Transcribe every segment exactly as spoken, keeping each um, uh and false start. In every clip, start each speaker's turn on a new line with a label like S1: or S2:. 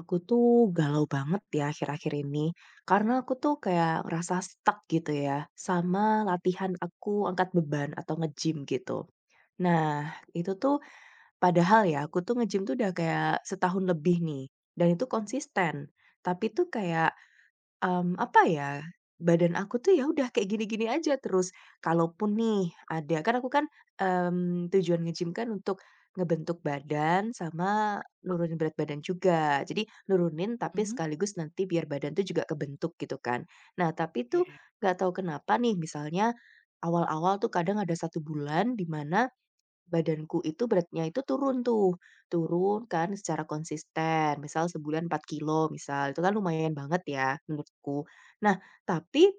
S1: Aku tuh galau banget ya akhir-akhir ini karena aku tuh kayak ngerasa stuck gitu ya sama latihan aku angkat beban atau nge-gym gitu. Nah, itu tuh padahal ya aku tuh nge-gym tuh udah kayak setahun lebih nih dan itu konsisten. Tapi tuh kayak Mmm, apa ya, badan aku tuh ya udah kayak gini-gini aja terus. Kalaupun nih ada kan aku kan, mmm, tujuan nge-gym kan untuk ngebentuk badan sama nurunin berat badan juga. Jadi nurunin tapi
S2: Mhm.
S1: sekaligus nanti biar badan tuh juga kebentuk gitu kan. Nah tapi tuh
S2: Oke.
S1: nggak tahu kenapa nih misalnya awal-awal tuh kadang ada satu bulan di mana badanku itu beratnya itu turun tuh, turun kan secara konsisten, misal sebulan empat kilo misal, itu kan lumayan banget ya menurutku. Nah, tapi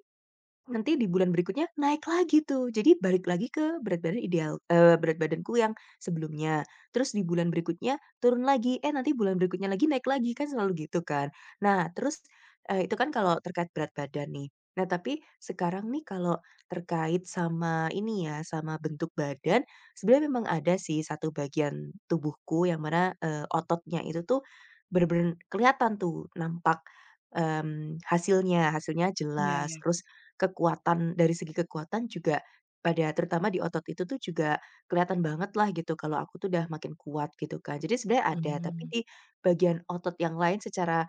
S1: nanti di bulan berikutnya naik lagi tuh. Jadi balik lagi ke berat badan ideal eee, berat badanku yang sebelumnya. Terus di bulan berikutnya turun lagi, eh nanti bulan berikutnya lagi naik lagi, kan selalu gitu kan. Nah terus, eee, itu kan kalau terkait berat badan nih. Nah tapi sekarang nih kalau terkait sama ini ya, sama bentuk badan, sebenarnya memang ada sih satu bagian tubuhku yang mana, eee, ototnya itu tuh bener-bener kelihatan tuh nampak, mmm, hasilnya hasilnya
S2: Iya iya.
S1: jelas. Terus kekuatan dari segi kekuatan juga pada terutama di otot itu tuh juga kelihatan banget lah gitu kalau aku tuh udah makin kuat gitu kan. Jadi sebenarnya ada, tapi
S2: Mmm,
S1: di bagian otot yang lain secara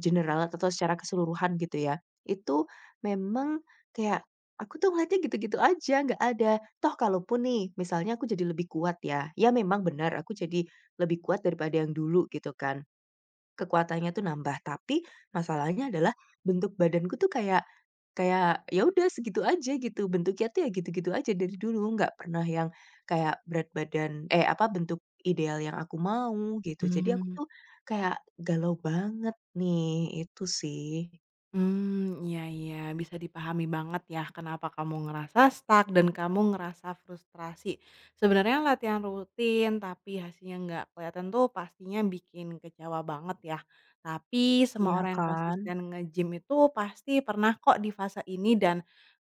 S1: general atau secara keseluruhan gitu ya, itu memang kayak aku tuh ngeliatnya gitu-gitu aja, nggak ada. Toh kalaupun nih misalnya aku jadi lebih kuat ya, ya memang benar aku jadi lebih kuat daripada yang dulu gitu kan. Kekuatannya tuh nambah, tapi masalahnya adalah bentuk badanku tuh kayak kayak ya udah segitu aja gitu, bentuknya tuh ya gitu-gitu aja dari dulu, nggak pernah yang kayak berat badan eh, apa, bentuk ideal yang aku mau gitu. Jadi aku
S2: mmm,
S1: tuh kayak galau banget nih, itu sih.
S2: mmm, iya iya, bisa dipahami banget ya kenapa kamu ngerasa stuck dan kamu ngerasa frustrasi. Sebenarnya latihan rutin tapi hasilnya nggak kelihatan tuh pastinya bikin kecewa banget ya. Tapi semua
S1: Iya
S2: orang yang
S1: kan?
S2: konsisten nge-gym itu pasti pernah kok di fase ini dan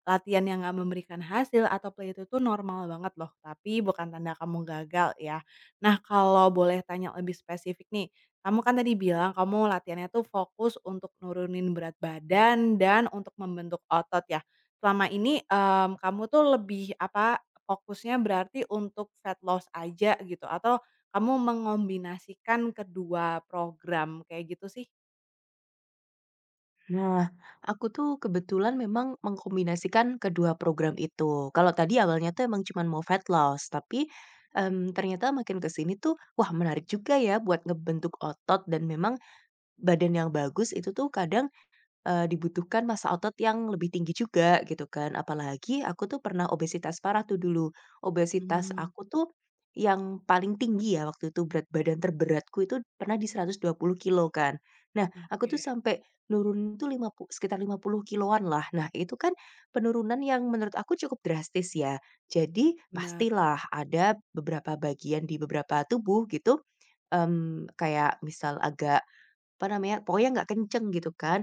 S2: latihan yang nggak memberikan hasil atau play itu tuh normal banget loh, tapi bukan tanda kamu gagal ya. Nah, kalau boleh tanya lebih spesifik nih, kamu kan tadi bilang kamu latihannya tuh fokus untuk nurunin berat badan dan untuk membentuk otot ya. Selama ini, mmm, kamu tuh lebih apa, fokusnya berarti untuk fat loss aja gitu atau kamu mengombinasikan kedua program kayak gitu sih?
S1: Nah, aku tuh kebetulan memang mengkombinasikan kedua program itu. Kalau tadi awalnya tuh emang cuman mau fat loss, tapi, mmm, ternyata makin ke sini tuh, wah menarik juga ya buat ngebentuk otot dan memang badan yang bagus itu tuh kadang Eee, dibutuhkan massa otot yang lebih tinggi juga gitu kan. Apalagi aku tuh pernah obesitas parah tuh dulu. Obesitas
S2: Hmm,
S1: aku tuh yang paling tinggi ya waktu itu berat badan terberatku itu pernah di seratus dua puluh kilo kan. Nah, aku tuh
S2: oke,
S1: sampai nurun itu lima puluh, sekitar lima puluh kiloan lah. Nah, itu kan penurunan yang menurut aku cukup drastis ya. Jadi
S2: benar.
S1: pastilah ada beberapa bagian di beberapa tubuh gitu, mmm, kayak misal agak apa namanya, pokoknya nggak kenceng gitu kan.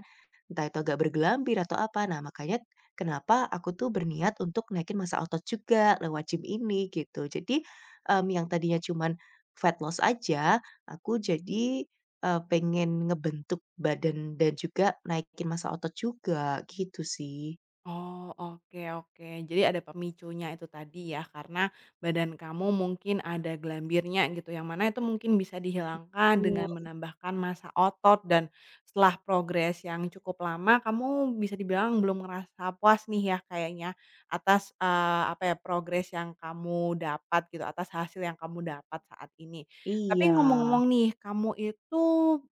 S1: Entah itu agak bergelambir atau apa. Nah, makanya kenapa aku tuh berniat untuk naikin massa otot juga lewat gym ini gitu. Jadi, mmm, yang tadinya cuman fat loss aja, aku jadi, eee, pengen ngebentuk badan dan juga naikin massa otot juga, gitu sih.
S2: Oh, oke oke. Jadi ada pemicunya itu tadi ya, karena badan kamu mungkin ada gelambirnya gitu, yang mana itu mungkin bisa dihilangkan dengan
S1: Wow.
S2: menambahkan massa otot dan setelah progres yang cukup lama, kamu bisa dibilang belum ngerasa puas nih ya kayaknya atas, eee, apa ya, progres yang kamu dapat gitu, atas hasil yang kamu dapat saat ini.
S1: Iya.
S2: Tapi ngomong-ngomong nih, kamu itu,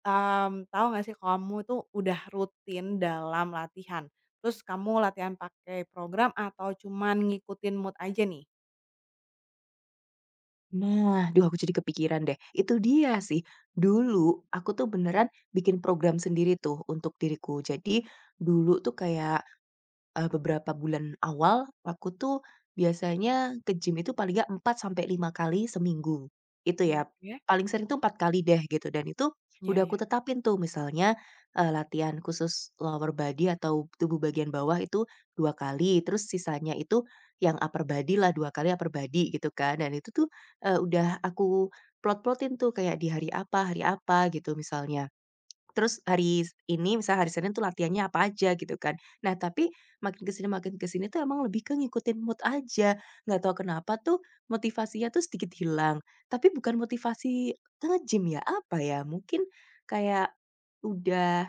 S2: mmm, tahu nggak sih kamu tuh udah rutin dalam latihan? Terus kamu latihan pakai program atau cuman ngikutin mood aja nih?
S1: Nah, duh aku jadi kepikiran deh. Itu dia sih, dulu aku tuh beneran bikin program sendiri tuh untuk diriku. Jadi, dulu tuh kayak Eee, beberapa bulan awal, aku tuh biasanya ke gym itu paling nggak empat sampai lima kali seminggu, itu
S2: Mmm,
S1: ya.
S2: oke.
S1: Paling sering tuh empat kali deh gitu dan itu
S2: Iya
S1: udah
S2: iya.
S1: aku tetapin tuh misalnya, eee, latihan khusus lower body atau tubuh bagian bawah itu dua kali, terus sisanya itu yang upper body lah dua kali upper body gitu kan. Dan itu tuh, eee, udah aku plot-plotin tuh kayak di hari apa hari apa gitu misalnya. Terus hari s ini misalnya hari Senin tuh latihannya apa aja gitu kan. Nah tapi makin kesini makin kesini sini tuh emang lebih ke ngikutin mood aja, nggak tahu kenapa tuh motivasinya tuh sedikit hilang. Tapi bukan motivasi nge-gym ya, apa ya, mungkin kayak udah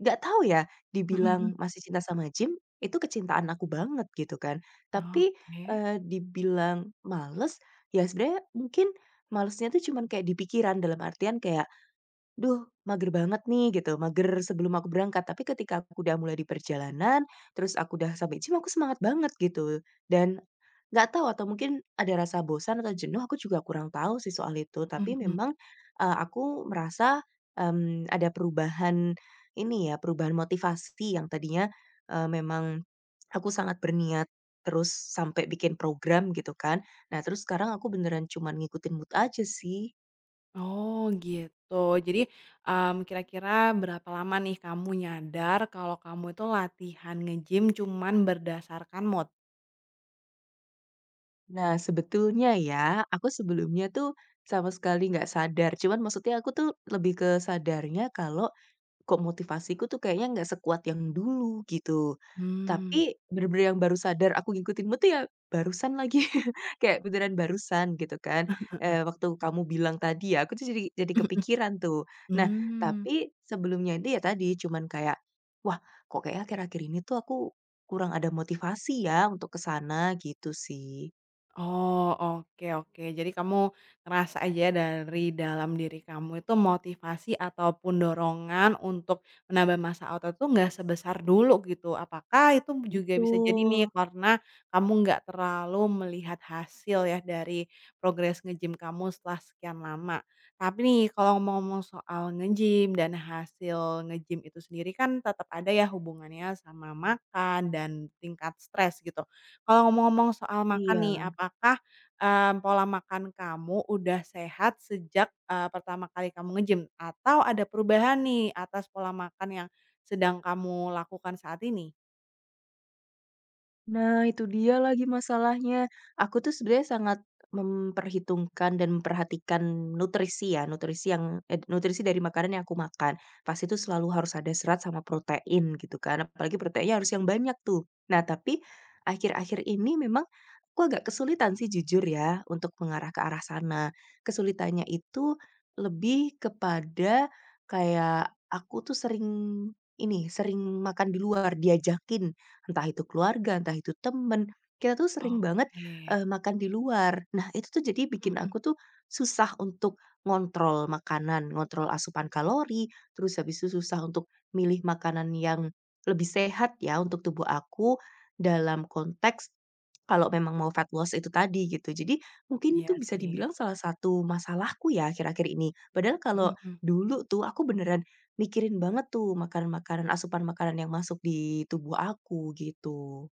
S1: nggak tahu ya
S2: Mhm mhm.
S1: dibilang masih cinta sama gym, itu kecintaan aku banget gitu kan. Tapi,
S2: Oke.
S1: eee, dibilang males, ya sebenarnya mungkin malesnya tuh cuman kayak di pikiran dalam artian kayak, duh mager banget nih gitu, mager sebelum aku berangkat, tapi ketika aku udah mulai di perjalanan, terus aku udah sampai gym aku semangat banget gitu. Dan nggak tahu atau mungkin ada rasa bosan atau jenuh aku juga kurang tahu sih soal itu,
S2: Mhm
S1: tapi
S2: mhm.
S1: memang, eee, aku merasa, mmm, ada perubahan ini ya, perubahan motivasi yang tadinya, eee, memang aku sangat berniat terus sampai bikin program gitu kan. Nah terus sekarang aku beneran cuman ngikutin mood aja sih.
S2: Oh, gitu. Jadi, mmm, kira-kira berapa lama nih kamu nyadar kalau kamu itu latihan nge-gym cuman berdasarkan mood?
S1: Nah, sebetulnya ya, aku sebelumnya tuh sama sekali nggak sadar. Cuman maksudnya aku tuh lebih ke sadarnya kalau kok motivasiku tuh kayaknya nggak sekuat yang dulu gitu.
S2: Mmm,
S1: Tapi bener-bener yang baru sadar aku ngikutinmu tuh ya barusan lagi. Kayak beneran barusan gitu kan. Eh, waktu kamu bilang tadi ya, aku tuh jadi jadi
S2: mhm mhm.
S1: kepikiran tuh. Nah,
S2: Mmm.
S1: tapi sebelumnya itu ya tadi cuman kayak, wah kok kayak akhir-akhir ini tuh aku kurang ada motivasi ya untuk ke sana gitu sih.
S2: Oh, oke oke. Jadi kamu ngerasa aja dari dalam diri kamu itu motivasi ataupun dorongan untuk menambah masa otot tuh nggak sebesar dulu gitu. Apakah itu juga bisa jadi nih
S1: Betul,
S2: karena kamu nggak terlalu melihat hasil ya dari progres nge-gym kamu setelah sekian lama. Tapi nih kalau ngomong soal nge-gym dan hasil nge-gym itu sendiri kan tetap ada ya hubungannya sama makan dan tingkat stres gitu. Kalau ngomong-ngomong soal makan nih,
S1: iya.
S2: apakah, eee, pola makan kamu udah sehat sejak, eee, pertama kali kamu nge-gym? Atau ada perubahan nih atas pola makan yang sedang kamu lakukan saat ini?
S1: Nah, itu dia lagi masalahnya. Aku tuh sebenarnya sangat memperhitungkan dan memperhatikan nutrisi ya, nutrisi yang eh, nutrisi dari makanan yang aku makan. Pasti itu selalu harus ada serat sama protein gitu kan. Apalagi proteinnya harus yang banyak tuh. Nah, tapi akhir-akhir ini memang aku agak kesulitan sih jujur ya untuk mengarah ke arah sana. Kesulitannya itu lebih kepada kayak aku tuh sering ini, sering makan di luar, diajakin entah itu keluarga, entah itu temen, kita tuh sering banget,
S2: Oke,
S1: eee, makan di luar. Nah, itu tuh jadi
S2: mhm
S1: bikin
S2: mhm,
S1: aku tuh susah untuk ngontrol makanan, ngontrol asupan kalori, terus habis itu susah untuk milih makanan yang lebih sehat ya untuk tubuh aku, dalam konteks kalau memang mau fat loss itu tadi gitu. Jadi mungkin
S2: iya
S1: itu bisa
S2: sih,
S1: dibilang salah satu masalahku ya akhir-akhir ini. Padahal kalau
S2: mhm mhm.
S1: dulu tuh aku beneran mikirin banget tuh makanan-makanan, asupan makanan yang masuk di tubuh aku gitu.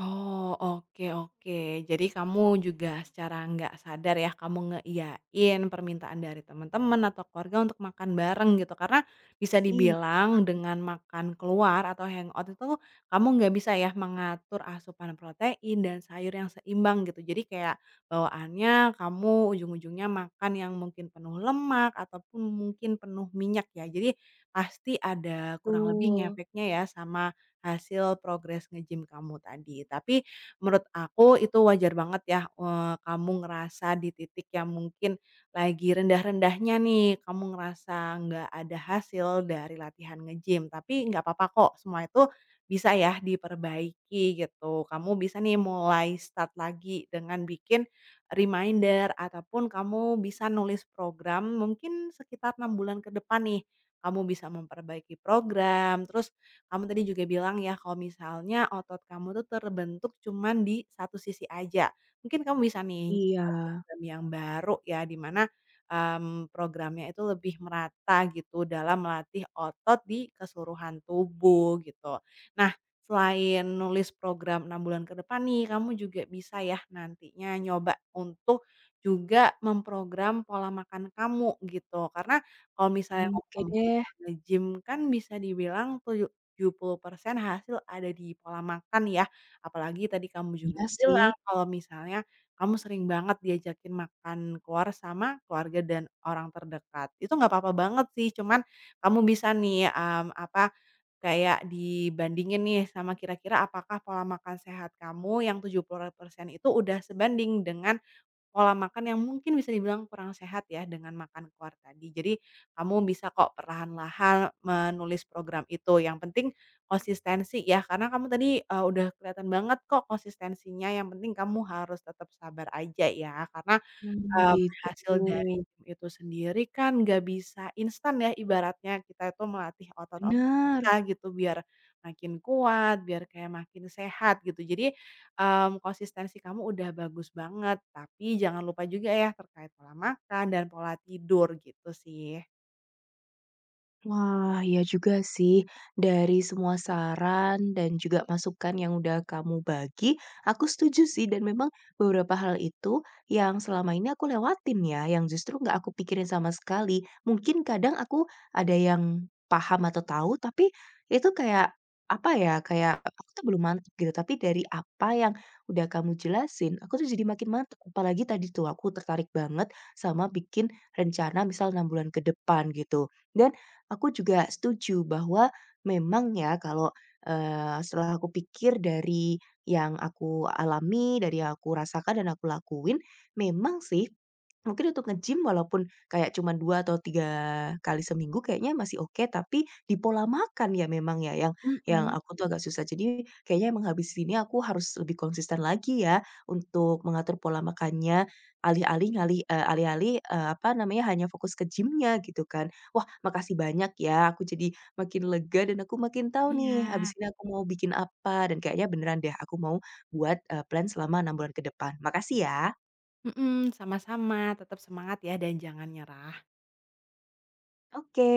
S2: Oh, oke oke. Jadi kamu juga secara nggak sadar ya, kamu ngeiyain permintaan dari teman-teman atau keluarga untuk makan bareng gitu. Karena bisa
S1: Iya,
S2: dibilang dengan makan keluar atau hangout itu kamu nggak bisa ya mengatur asupan protein dan sayur yang seimbang gitu. Jadi kayak bawaannya kamu ujung-ujungnya makan yang mungkin penuh lemak ataupun mungkin penuh minyak ya. Jadi pasti ada kurang lebih
S1: betul.
S2: ngefeknya ya sama hasil progres nge-gym kamu tadi. Tapi menurut aku itu wajar banget ya, eee, kamu ngerasa di titik yang mungkin lagi rendah-rendahnya nih, kamu ngerasa nggak ada hasil dari latihan nge-gym. Tapi nggak apa-apa kok, semua itu bisa ya diperbaiki gitu. Kamu bisa nih mulai start lagi dengan bikin reminder ataupun kamu bisa nulis program mungkin sekitar enam bulan ke depan nih. Kamu bisa memperbaiki program, terus kamu tadi juga bilang ya kalau misalnya otot kamu tuh terbentuk cuman di satu sisi aja. Mungkin kamu bisa nih
S1: Iya.
S2: program yang baru ya, di mana, mmm, programnya itu lebih merata gitu dalam melatih otot di keseluruhan tubuh gitu. Nah, selain nulis program enam bulan ke depan nih, kamu juga bisa ya nantinya nyoba untuk juga memprogram pola makan kamu gitu. Karena kalau misalnya
S1: Mmm, oke
S2: ngomong
S1: deh.
S2: soal nge-gym kan bisa dibilang tujuh puluh persen hasil ada di pola makan ya. Apalagi tadi kamu juga
S1: Iya sih.
S2: bilang kalau misalnya kamu sering banget diajakin makan keluar sama keluarga dan orang terdekat. Itu nggak apa-apa banget sih, cuman kamu bisa nih, mmm, apa, kayak dibandingin nih sama kira-kira apakah pola makan sehat kamu yang tujuh puluh persen itu udah sebanding dengan pola makan yang mungkin bisa dibilang kurang sehat ya dengan makan keluar tadi. Jadi kamu bisa kok perlahan-lahan menulis program itu, yang penting konsistensi ya, karena kamu tadi, eee, udah kelihatan banget kok konsistensinya, yang penting kamu harus tetap sabar aja ya, karena
S1: Mmm.
S2: mmm,
S1: Gitu.
S2: hasil dari gym itu sendiri kan nggak bisa instan ya ibaratnya kita itu melatih otot-otot
S1: Bener.
S2: kita gitu biar makin kuat, biar kayak makin sehat gitu. Jadi, mmm, konsistensi kamu udah bagus banget, tapi jangan lupa juga ya terkait pola makan dan pola tidur gitu sih.
S1: Wah, ya juga sih. Dari semua saran dan juga masukan yang udah kamu bagi, aku setuju sih dan memang beberapa hal itu yang selama ini aku lewatin ya, yang justru nggak aku pikirin sama sekali. Mungkin kadang aku ada yang paham atau tahu, tapi itu kayak apa ya, kayak aku tuh belum mantep gitu. Tapi dari apa yang udah kamu jelasin, aku tuh jadi makin mantep. Apalagi tadi tuh aku tertarik banget sama bikin rencana misal enam bulan ke depan gitu. Dan aku juga setuju bahwa memang ya kalau, eee, setelah aku pikir dari yang aku alami, dari yang aku rasakan dan aku lakuin, memang sih mungkin untuk nge-gym walaupun kayak cuman dua atau tiga kali seminggu kayaknya masih oke, tapi di pola makan ya memang ya yang yang
S2: Mhm,
S1: aku tuh agak susah. Jadi kayaknya emang habis ini aku harus lebih konsisten lagi ya untuk mengatur pola makannya, alih-alih ngalih eee, alih-alih, eee, apa namanya, hanya fokus ke gym gitu kan. Wah, makasih banyak ya, aku jadi makin lega dan aku makin tahu nih
S2: iya,
S1: habis ini aku mau bikin apa dan kayaknya beneran deh aku mau buat, eee, plan selama enam bulan ke depan. Makasih ya.
S2: mhm, sama-sama tetap semangat ya dan jangan nyerah.
S1: Oke.